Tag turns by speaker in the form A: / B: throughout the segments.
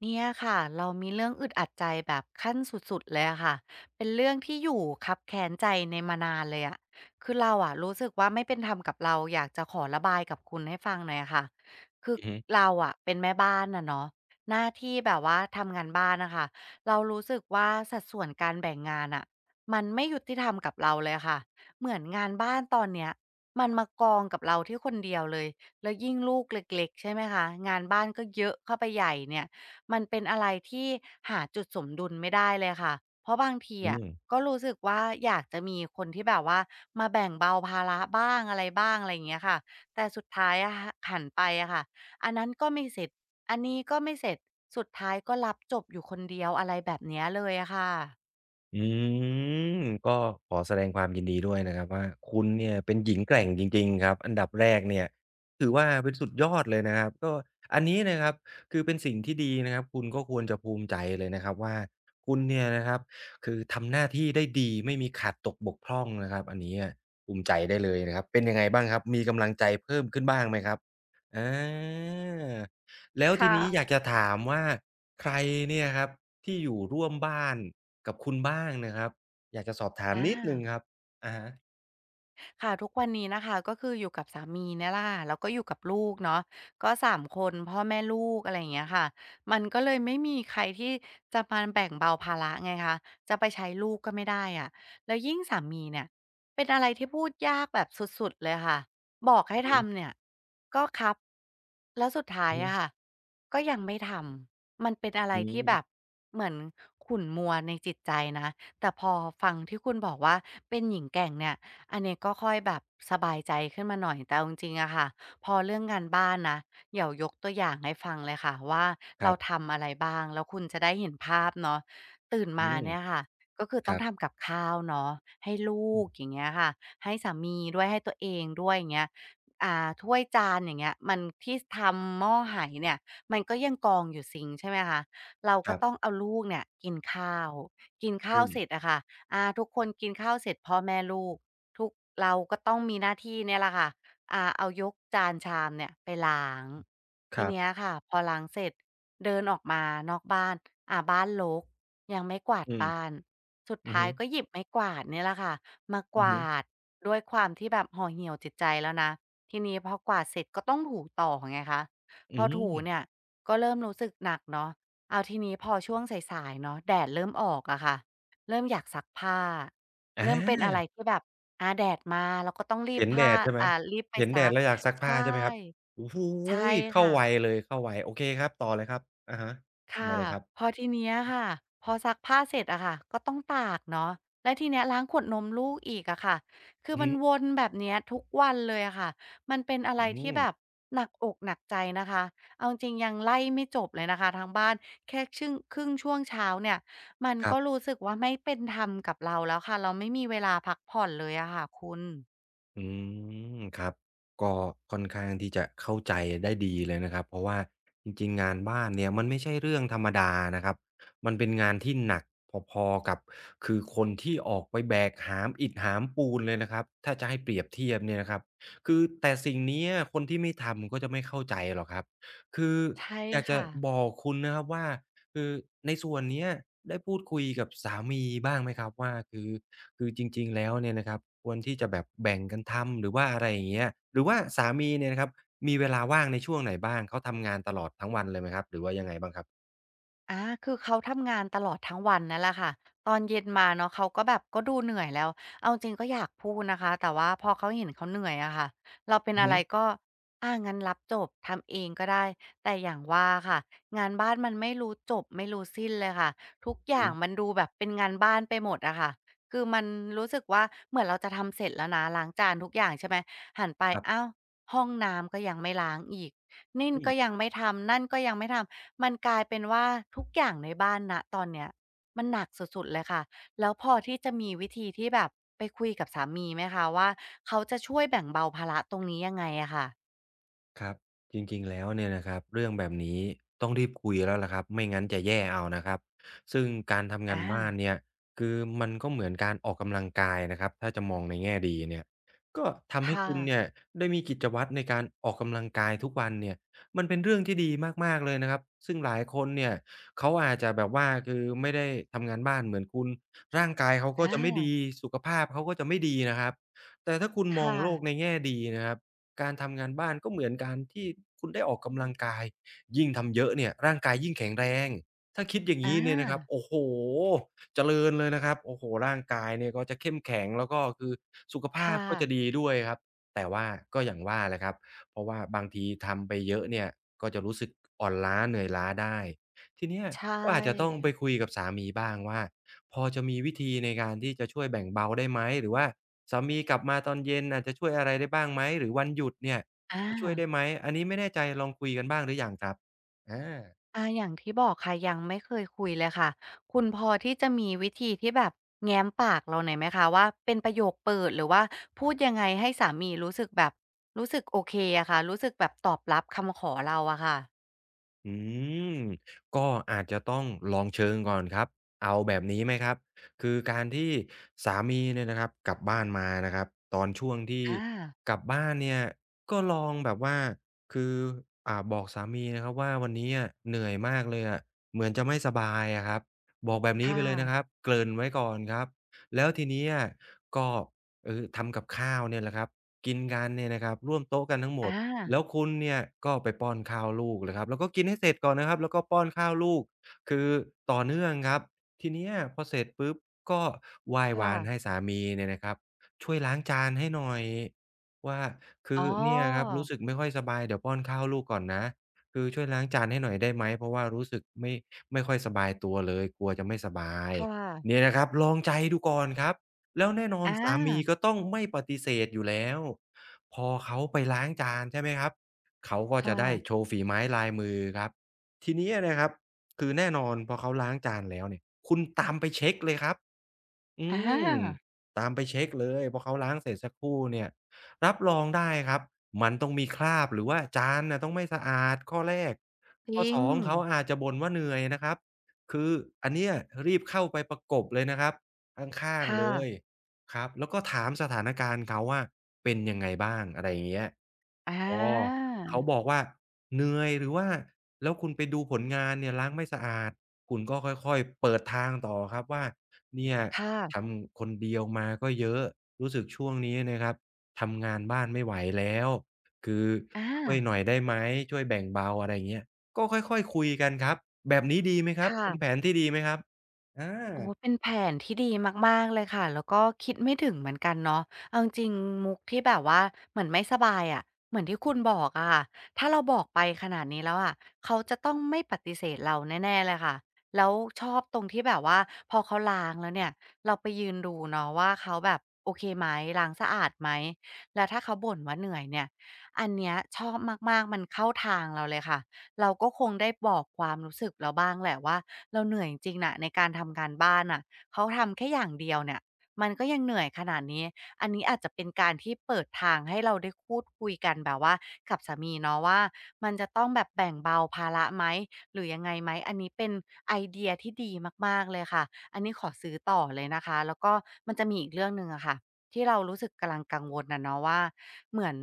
A: เนี่ยค่ะเรามีเรื่องอึดอัดใจแบบขั้นสุดๆเลยอะค่ะเป็นเรื่องที่อยู่คับแค้นใจในมานานเลยอะคือเราอะรู้สึกว่าไม่เป็นธรรมกับเราอยากจะขอระบายกับคุณให้ฟังหน่อยอะค่ะคือ
B: อือฮึ
A: เราอะเป็นแม่บ้านนะเนาะหน้าที่แบบว่าทำงานบ้านนะคะเรารู้สึกว่าสัดส่วนการแบ่งงานอ่ะมันไม่ยุติธรรมกับเราเลยค่ะเหมือนงานบ้านตอนเนี้ยมันมากองกับเราที่คนเดียวเลยแล้วยิ่งลูกเล็กๆใช่ไหมคะงานบ้านก็เยอะเข้าไปใหญ่เนี่ย มันเป็นอะไรที่หาจุดสมดุลไม่ได้เลยค่ะ เพราะบางที
B: อื
A: อะ
B: ม
A: ก็รู้สึกว่าอยากจะมีคนที่แบบว่ามาแบ่งเบาภาระบ้างอะไรบ้างอะไรอย่างเงี้ยค่ะแต่สุดท้ายอะหหันไปอะค่ะอันนั้นก็ไม่เสร็จอันนี้ก็ไม่เสร็จสุดท้ายก็รับจบอยู่คนเดียวอะไรแบบเนี้ยเลยอะค่ะ
B: อืมก็ขอแสดงความยินดีด้วยนะครับว่าคุณเนี่ยเป็นหญิงแกร่งจริงๆครับอันดับแรกเนี่ยถือว่าเป็นสุดยอดเลยนะครับก็อันนี้นะครับคือเป็นสิ่งที่ดีนะครับคุณก็ควรจะภูมิใจเลยนะครับว่าคุณเนี่ยนะครับคือทำหน้าที่ได้ดีไม่มีขาดตกบกพร่องนะครับอันนี้อะภูมิใจได้เลยนะครับเป็นยังไงบ้างครับมีกำลังใจเพิ่มขึ้นบ้างไหมครับอาแล้ว
A: ค
B: ทีนี้อยาก
A: ่ะ
B: จะถามว่าใครเนี่ยครับที่อยู่ร่วมบ้าน กับคุณบ้างนะครับอยากจะสอบถาม
A: อา
B: นิดหนึ่งครับอะฮะ
A: ค่ะทุกวันนี้นะคะก็คืออยู่กับสามีเนี่ยล่ะแล้วก็อยู่กับลูกเนาะก็สามคนพ่อแม่ลูกอะไรอย่างเงี้ยค่ะมันก็เลยไม่มีใครที่จะมาแบ่งเบาภาระไงคะจะไปใช้ลูกก็ไม่ได้อะแล้วยิ่งสามีเนี่ยเป็นอะไรที่พูดยากแบบสุดๆเลยค่ะบอกให้
B: อือฮึ
A: ทำเนี่ยก็ครับแล้วสุดท้าย
B: อือฮึ
A: อะค่ะก็ยังไม่ทำมันเป็นอะไร
B: อื
A: ที่แบบ
B: ม
A: เหมือนขุ่นมัวในจิตใจนะแต่พอฟังที่คุณบอกว่าเป็นหญิงแกร่งเนี่ย อันเนี้ยก็ค่อยแบบสบายใจขึ้นมาหน่อยแต่เอาจริงๆอะค่ะพอเรื่องงานบ้านนะเดี๋ยวยกตัวอย่างให้ฟังเลยค่ะว่า
B: ค
A: เรา
B: รับ
A: ทำอะไรบ้างแล้วคุณจะได้เห็นภาพเนาะตื่น
B: อื
A: มา
B: ม
A: เนี่ยค่ะก็คือ
B: ค
A: ต้อ
B: รั
A: ง
B: บ
A: ทำกับข้าวเนาะให้ลู
B: อื
A: กอ
B: ม
A: ย่างเงี้ยค่ะให้สามีด้วยให้ตัวเองด้วยอย่างเงี้ยอ่าถ้วยจานอย่างเงี้ยมันที่ทำหม้อไหเนี่ยมันก็ยังกองอยู่ซิงค์ใช่ไหมคะเรา
B: ค
A: ก็
B: รั
A: ต้อง
B: บ
A: เอาลูกเนี่ยกินข้าวกินข้า
B: อื
A: ว
B: ม
A: เสร็จอะค่ะอาทุกคนกินข้าวเสร็จพ่อแม่ลูก ทุกเราก็ต้องมีหน้าที่เนี่ยแหละค่ะเอายกจานชามเนี่ยไปล้าง
B: ค
A: ที
B: รั
A: เนี้ย
B: บ
A: ค่ะพอล้างเสร็จเดินออกมานอกบ้านบ้านรกยังไม่กวาด
B: อื
A: บ้า
B: ม
A: นสุด
B: อือ
A: ท้าย
B: ฮึ
A: ก็หยิบไม้กวาดเนี่ยแหละค่ะมาก
B: อื
A: ว
B: อฮึ
A: าดด้วยความที่แบบห่อเหี่ยวจิตใจแล้วนะทีนี้พอกวาดเสร็จก็ต้องถูต่อไงคะพ
B: อื
A: อถู
B: ม
A: เนี่ยก็เริ่มรู้สึกหนักเนาะเอาทีนี้พอช่วงสายๆเนาะแดดเริ่มออกอะค่ะเริ่มอยากซักผ้า เริ่มเป็น
B: อา
A: อะไรที่แบบอาแดดมาเราก็ต้องรีบ
B: เห็นแด
A: ผ้า
B: ดใช่ไหม
A: รีบไป
B: เห็นแด
A: ซั
B: ด
A: ก
B: แล้วอยากซัก
A: ใช
B: ผ้าใช่ไหมครับ
A: ่
B: โอ้โฮ
A: ใช่
B: เข้า
A: ค่ะ
B: วัยเลยเข้าวัยโอเคครับต่อเลยครับอะฮะยังไง
A: ค่ะ
B: เลยครั
A: พอ
B: บ
A: ทีเนี้ยค่ะพอซักผ้าเสร็จอะค่ะก็ต้องตากเนาะแล้วทีเนี้ยล้างขวดนมลูกอีกอะค่ะคือ
B: อือ
A: มัน
B: ฮึ
A: วนแบบเนี้ยทุกวันเลยอะค่ะมันเป็นอะไร
B: อื
A: ที่แบ
B: ม
A: บหนักอกหนักใจนะคะเอาจริงๆยังไล่ไม่จบเลยนะคะทั้งบ้านแค่ชึ่งครึ่งช่วงเช้าเนี่ยมัน
B: ครั
A: ก็
B: บ
A: รู้สึกว่าไม่เป็นธรรมกับเราแล้วค่ะเราไม่มีเวลาพักผ่อนเลยอะค่ะคุณ
B: อืมครับก็ค่อนข้างที่จะเข้าใจได้ดีเลยนะครับเพราะว่าจริงๆงานบ้านเนี่ยมันไม่ใช่เรื่องธรรมดานะครับมันเป็นงานที่หนักพอๆกับคือคนที่ออกไปแบกหามอิฐหามปูนเลยนะครับถ้าจะให้เปรียบเทียบเนี่ยนะครับคือแต่สิ่งเนี้ยคนที่ไม่ทำก็จะไม่เข้าใจหรอกครับคือ
A: ใช่
B: อยากจะ
A: ค่ะ
B: บอกคุณนะครับว่า คือในส่วนเนี้ยได้พูดคุยกับสามีบ้างไหมครับว่าคือจริงๆแล้วเนี่ยนะครับควรที่จะแบบแบ่งกันทำหรือว่าอะไรอย่างเงี้ยหรือว่าสามีเนี่ยนะครับมีเวลาว่างในช่วงไหนบ้างเขาทำงานตลอดทั้งวันเลยไหมครับหรือว่ายังไงบ้างครับ
A: อาคือเขาทำงานตลอดทั้งวันนั่นแหละค่ะ ตอนเย็นมาเนาะเขาก็แบบก็ดูเหนื่อยแล้ว เอาจริงก็อยากพูดนะคะ แต่ว่าพอเขาเห็นเขาเหนื่อยอะค่ะเราเป็น
B: อือ
A: อะ
B: ฮึ
A: ไรก็อางั้นรับจบทำเองก็ได้แต่อย่างว่าค่ะงานบ้านมันไม่รู้จบไม่รู้สิ้นเลยค่ะทุก
B: อื
A: อ
B: อฮึ
A: ย่างมันดูแบบเป็นงานบ้านไปหมดอะค่ะคือมันรู้สึกว่าเหมือนเราจะทำเสร็จแล้วนะล้างจานทุกอย่างใช่ไหมหันไป
B: ครั
A: อ้า
B: บ
A: วห้องน้ำก็ยังไม่ล้างอีก นี่น
B: อื
A: ก็
B: ม
A: ยังไม่ทำนั่นก็ยังไม่ทำมันกลายเป็นว่าทุกอย่างในบ้านณตอนเนี้ยมันหนักสุดๆเลยค่ะแล้วพอที่จะมีวิธีที่แบบไปคุยกับสามีไหมคะว่าเขาจะช่วยแบ่งเบาภาระตรงนี้ยังไงอะค่ะ
B: ครับจริงๆแล้วเนี่ยนะครับเรื่องแบบนี้ต้องรีบคุยแล้วล่ะครับไม่งั้นจะแย่เอานะครับซึ่งการทำงาน
A: อา
B: บ้านเนี่ยคือมันก็เหมือนการออกกำลังกายนะครับถ้าจะมองในแง่ดีเนี่ยก็ทำให้
A: ค่ะ
B: คุณเนี่ยได้มีกิจวัตรในการออกกำลังกายทุกวันเนี่ยมันเป็นเรื่องที่ดีมากๆเลยนะครับซึ่งหลายคนเนี่ยเขาอาจจะแบบว่าคือไม่ได้ทำงานบ้านเหมือนคุณร่างกายเขา
A: อ
B: ก็จะไม่ดี
A: า
B: สุขภาพเขาก็จะไม่ดีนะครับแต่ถ้าคุณมอง
A: ค่ะ
B: โลกในแง่ดีนะครับ การทำงานบ้านก็เหมือนการที่คุณได้ออกกำลังกายยิ่งทำเยอะเนี่ยร่างกายยิ่งแข็งแรงถ้าคิดอย่าง
A: อา
B: งี้เนี่ยนะครับโอ้โฮเจริญเลยนะครับโอ้โฮร่างกายเนี่ยก็จะเข้มแข็งแล้วก็คือสุขภาพ
A: ค่ะ
B: ก็จะดีด้วยครับแต่ว่าก็อย่างว่าแหละครับเพราะว่าบางทีทำไปเยอะเนี่ยก็จะรู้สึกอ่อนล้าเหนื่อยล้าได้ทีเนี้ย
A: ใช
B: ก็อาจจะต้อง
A: ่
B: ไปคุยกับสามีบ้างว่าพอจะมีวิธีในการที่จะช่วยแบ่งเบาได้ไหมหรือว่า สามีกลับมาตอนเย็นอาจจะช่วยอะไรได้บ้างไหมหรือวันหยุดเนี่ย
A: อา
B: จะช่วยได้ไหมอันนี้ไม่แน่ใจลองคุยกันบ้างหรือยังครับอา
A: อาอย่างที่บอกค่ะยังไม่เคยคุยเลยค่ะคุณพอที่จะมีวิธีที่แบบแง้มปากเราหน่อยไหมคะว่าเป็นประโยคเปิดหรือว่าพูดยังไงให้สามีรู้สึกแบบรู้สึกโอเคอะค่ะรู้สึกแบบตอบรับคำขอเราอะค่ะ
B: อืมก็อาจจะต้องลองเชิงก่อนครับเอาแบบนี้ไหมครับคือการที่สามีเนี่ยนะครับกลับบ้านมานะครับตอนช่วงที่
A: อา
B: กลับบ้านเนี่ยก็ลองแบบว่าคือบอกสามีนะครับว่าวันนี้อะเหนื่อยมากเลยอะเหมือนจะไม่สบายอะครับบอกแบบนี้
A: ค่
B: ไปเลยนะครั
A: ะ
B: บเกริ่นไว้ก่อนครับแล้วทีนี้อะก็เออทำกับข้าวเนี่ยแหละครับกินกันเนี่ยนะครับร่วมโต๊ะกันทั้งหมด
A: อา
B: แล้วคุณเนี่ยก็ไปป้อนข้าวลูกเลยครับแล้วก็กินให้เสร็จก่อนนะครับแล้วก็ป้อนข้าวลูกคือต่อเนื่องครับทีเนี้ยพอเสร็จปุ๊บก็ไหว้
A: ค่ะ
B: วานให้สามีเนี่ยนะครับช่วยล้างจานให้หน่อยว่าคื
A: อ๋อ
B: อเนี่ยครับรู้สึกไม่ค่อยสบายเดี๋ยวป้อนข้าวลูกก่อนนะคือช่วยล้างจานให้หน่อยได้ไหมเพราะว่ารู้สึกไม่ค่อยสบายตัวเลยกลัวจะไม่สบาย
A: ค่ะ
B: เนี่ยนะครับลองใจดูก่อนครับแล้วแน่นอ
A: อ
B: นสามี
A: า
B: ก็ต้องไม่ปฏิเสธอยู่แล้ว พอเขาไปล้างจานใช่ไหมครับเขาก็
A: ค
B: จะได้โช
A: ่ะ
B: ว์ฝีไม้ลายมือครับทีนี้นะครับคือแน่นอนพอเขาล้างจานแล้วเนี่ยคุณตามไปเช็คเลยครับ อื
A: อ
B: ม
A: า
B: ตามไปเช็กเลยเพอเขาล้างเสร็จสักครู่เนี่ยรับรองได้ครับมันต้องมีคราบหรือว่าจานน่ะต้องไม่สะอาดข้อแรก
A: จ
B: ข้อ
A: ริง
B: 2เขาอาจจะบ่นว่าเหนื่อยนะครับคืออันเนี้ยรีบเข้าไปประกบเลยนะครับข้าง
A: ค่ะ
B: ๆเลยครับแล้วก็ถามสถานการณ์เขาว่าเป็นยังไงบ้างอะไรอย่างเงี้ย
A: อ
B: อ๋อ
A: า
B: เขาบอกว่าเหนื่อยหรือว่าแล้วคุณไปดูผลงานเนี่ยล้างไม่สะอาดคุณก็ค่อยๆเปิดทางต่อครับว่าเนี่ยท
A: ค่ะ
B: ำคนเดียวมาก็เยอะรู้สึกช่วงนี้นะครับทำงานบ้านไม่ไหวแล้วคือ
A: อา
B: ช่วยหน่อยได้ไหมช่วยแบ่งเบาอะไรอย่างเงี้ยก็ค่อยๆคุยกันครับแบบนี้ดีไหมครับเป็นแผ
A: ค่ะ
B: นที่ดีไหมครับอ
A: โอ้
B: า
A: เป็นแผนที่ดีมากๆเลยค่ะแล้วก็คิดไม่ถึงเหมือนกันเนาะเอาจริงๆมุกที่แบบว่าเหมือนไม่สบายอะเหมือนที่คุณบอกอะค่ะถ้าเราบอกไปขนาดนี้แล้วอะเขาจะต้องไม่ปฏิเสธเราแน่ๆเลยค่ะแล้วชอบตรงที่แบบว่าพอเขาล้างแล้วเนี่ยเราไปยืนดูเนาะว่าเขาแบบโอเคไหมล้างสะอาดไหมแล้วถ้าเขาบ่นว่าเหนื่อยเนี่ยอันเนี้ยชอบมากๆมันเข้าทางเราเลยค่ะเราก็คงได้บอกความรู้สึกเราบ้างแหละว่า เราเหนื่อยจริงๆน่ะในการทำการบ้านน่ะเขาทำแค่อย่างเดียวเนี่ยมันก็ยังเหนื่อยขนาดนี้อันนี้อาจจะเป็นการที่เปิดทางให้เราได้พูดคุยกันแบบว่ากับสามีเนาะว่ามันจะต้องแบบแบ่งเบาภาระไหมหรือยังไงไหมอันนี้เป็นไอเดียที่ดีมากๆเลยค่ะอันนี้ขอซื้อต่อเลยนะคะแล้วก็มันจะมีอีกเรื่องหนึ่งอะค่ะที่เรารู้สึกกำลังกังวลนะเนาะว่าเหมือน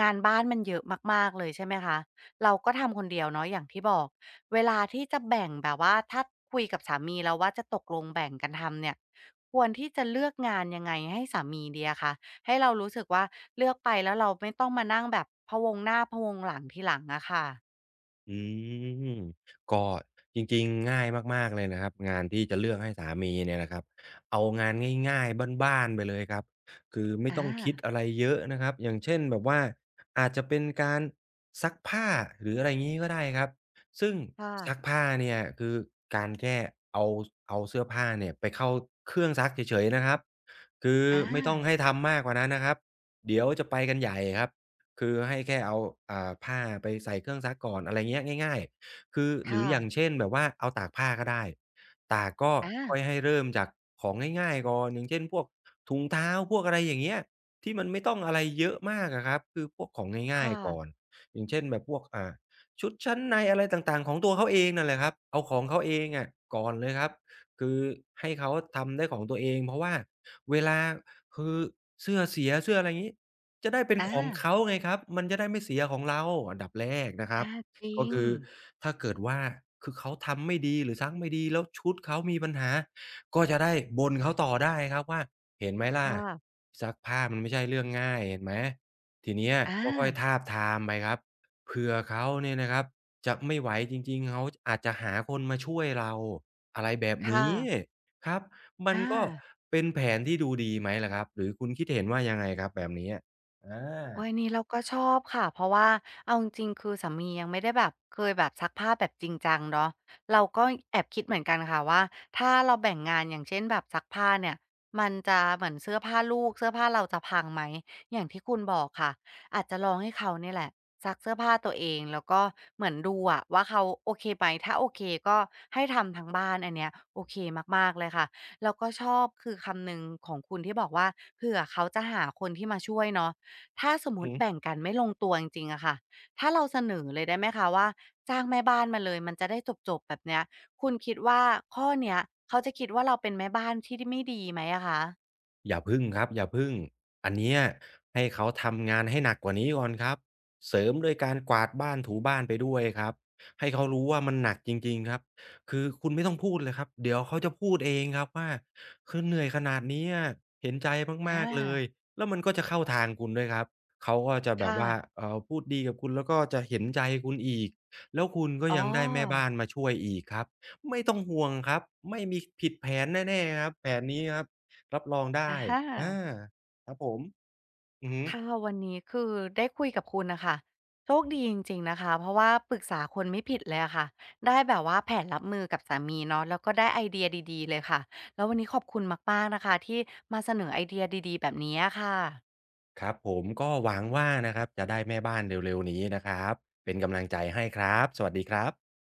A: งานบ้านมันเยอะมากๆเลยใช่ไหมคะ เราก็ทำคนเดียวเนาะอย่างที่บอกเวลาที่จะแบ่งแบบว่าถ้าคุยกับสามีแล้วว่าจะตกลงแบ่งกันทำเนี่ยควรที่จะเลือกงานยังไงให้สามีดีอะคะให้เรารู้สึกว่าเลือกไปแล้วเราไม่ต้องมานั่งแบบพะวงหน้าพะวงหลังทีหลังอะค่ะ
B: อืมก็จริงๆง่ายมากๆเลยนะครับงานที่จะเลือกให้สามีเนี่ยนะครับเอางานง่ายๆบ้านๆไปเลยครับคือไม่
A: อา
B: ต้องคิดอะไรเยอะนะครับอย่างเช่นแบบว่าอาจจะเป็นการซักผ้าหรืออะไรงี้ก็ได้ครับซึ่งซัก
A: ค่ะ
B: ผ้าเนี่ยคือการแค่เอาเสื้อผ้าเนี่ยไปเข้าเครื่องซักเฉยๆนะครับคือ
A: อา
B: ไม่ต้องให้ทำมากกว่านั้นนะครับเดี๋ยวจะไปกันใหญ่ครับ คือให้แค่เอาผ้าไปใส่เครื่องซักก่อนอะไรเงี้ยง่ายๆคือหรือ
A: ค่ะ
B: อย่างเช่นแบบว่าเอาตากผ้าก็ได้ตากก็
A: อา
B: ค่อยให้เริ่มจากของง่ายๆก่อนอย่างเช่นพวกถุงเท้าพวกอะไรอย่างเงี้ยที่มันไม่ต้องอะไรเยอะมากอะครับคือพวกของง่าย
A: ค่ะ
B: ๆก่อนอย่างเช่นแบบพวกชุดชั้นในอะไรต่างๆของตัวเขาเองนั่นแหละครับเอาของเขาเองอะก่อนเลยครับคือให้เขาทำได้ของตัวเองเพราะว่าเวลาคือเสื้อเสียเสื้ออะไรงี้ จะได้เป็น
A: อา
B: ของเขาไงครับมันจะได้ไม่เสียของเราอันดับแรกนะครับ
A: อาจริ
B: ก็
A: ง
B: คือถ้าเกิดว่าคือเขาทำไม่ดีหรือซักไม่ดีแล้วชุดเขามีปัญหา ก็จะได้บ่นเขาต่อได้ครับว่าเห็นไหมล่ะ
A: ค่ะ
B: ซักผ้ามันไม่ใช่เรื่องง่ายเห็นไหมทีเนี้ย
A: อา
B: ก็ค่อยทาบทามไปครับเผื่อเขาเนี่ยนะครับจะไม่ไหวจริงๆเขาอาจจะหาคนมาช่วยเราอะไรแบบ
A: ค่ะ
B: นี้ครับมัน
A: อา
B: ก็เป็นแผนที่ดูดีไหมล่ะครับหรือคุณคิดเห็นว่ายังไงครับแบบนี้ อ
A: โอ๊ย
B: า
A: อันนี้เราก็ชอบค่ะเพราะว่าเอาจริงๆคือสามียังไม่ได้แบบเคยแบบซักผ้าแบบจริงจังเนาะเราก็แอบคิดเหมือนกันค่ะว่าถ้าเราแบ่งงานอย่างเช่นแบบซักผ้าเนี่ยมันจะเหมือนเสื้อผ้าลูกเสื้อผ้าเราจะพังไหมอย่างที่คุณบอกค่ะอาจจะลองให้เขาเนี่ยแหละซักเสื้อผ้าตัวเองแล้วก็เหมือนดูอะว่าเขาโอเคไหมถ้าโอเคก็ให้ทำทั้งบ้านอันเนี้ยโอเคมากๆเลยค่ะแล้วก็ชอบคือคำหนึ่งของคุณที่บอกว่าเผื่อเขาจะหาคนที่มาช่วยเนาะ ถ้าสมมุ
B: อื
A: ติแบ่งกันไม่ลงตัวจริงๆอะค่ะถ้าเราเสนอเลยได้ไหมคะว่าจ้างแม่บ้านมาเลยมันจะได้จบๆแบบเนี้ยคุณคิดว่าข้อเนี้ยเขาจะคิดว่าเราเป็นแม่บ้านที่ไม่ดีไหมอะคะ
B: อย่าพึ่งครับอย่าพึ่งอันเนี้ยให้เขาทำงานให้หนักกว่านี้ก่อนครับเสริมด้วยการกวาดบ้านถูบ้านไปด้วยครับให้เขารู้ว่ามันหนักจริงๆครับคือคุณไม่ต้องพูดเลยครับเดี๋ยวเขาจะพูดเองครับว่าคือเหนื่อยขนาดเนี้ยเห็นใจ
A: อ
B: มากๆเลย
A: า
B: แล้วมันก็จะเข้าทางคุณด้วยครับเขาก็จะ
A: ค
B: แบบว่า
A: ่ะ
B: พูดดีกับคุณแล้วก็จะเห็นใจคุณอีกแล้วคุณก็
A: อ๋อ
B: ยังได้แม่บ้านมาช่วยอีกครับไม่ต้องห่วงครับไม่มีผิดแผนแน่ๆครับแผนนี้ครับ รับรองได้
A: อะฮะ
B: อาครับผมอือฮึ
A: ค่ะวันนี้คือได้คุยกับคุณน่ะค่ะโชคดีจริงๆนะคะเพราะว่าปรึกษาคนไม่ผิดเลยอะค่ะได้แบบว่าแผนรับมือกับสามีเนาะแล้วก็ได้ไอเดียดีๆเลยค่ะแล้ววันนี้ขอบคุณมากๆนะคะที่มาเสนอไอเดียดีๆแบบนี้อะค่ะ
B: ครับผมก็หวังว่านะครับจะได้แม่บ้านเร็วๆนี้นะครับเป็นกำลังใจให้ครับสวัสดีครับ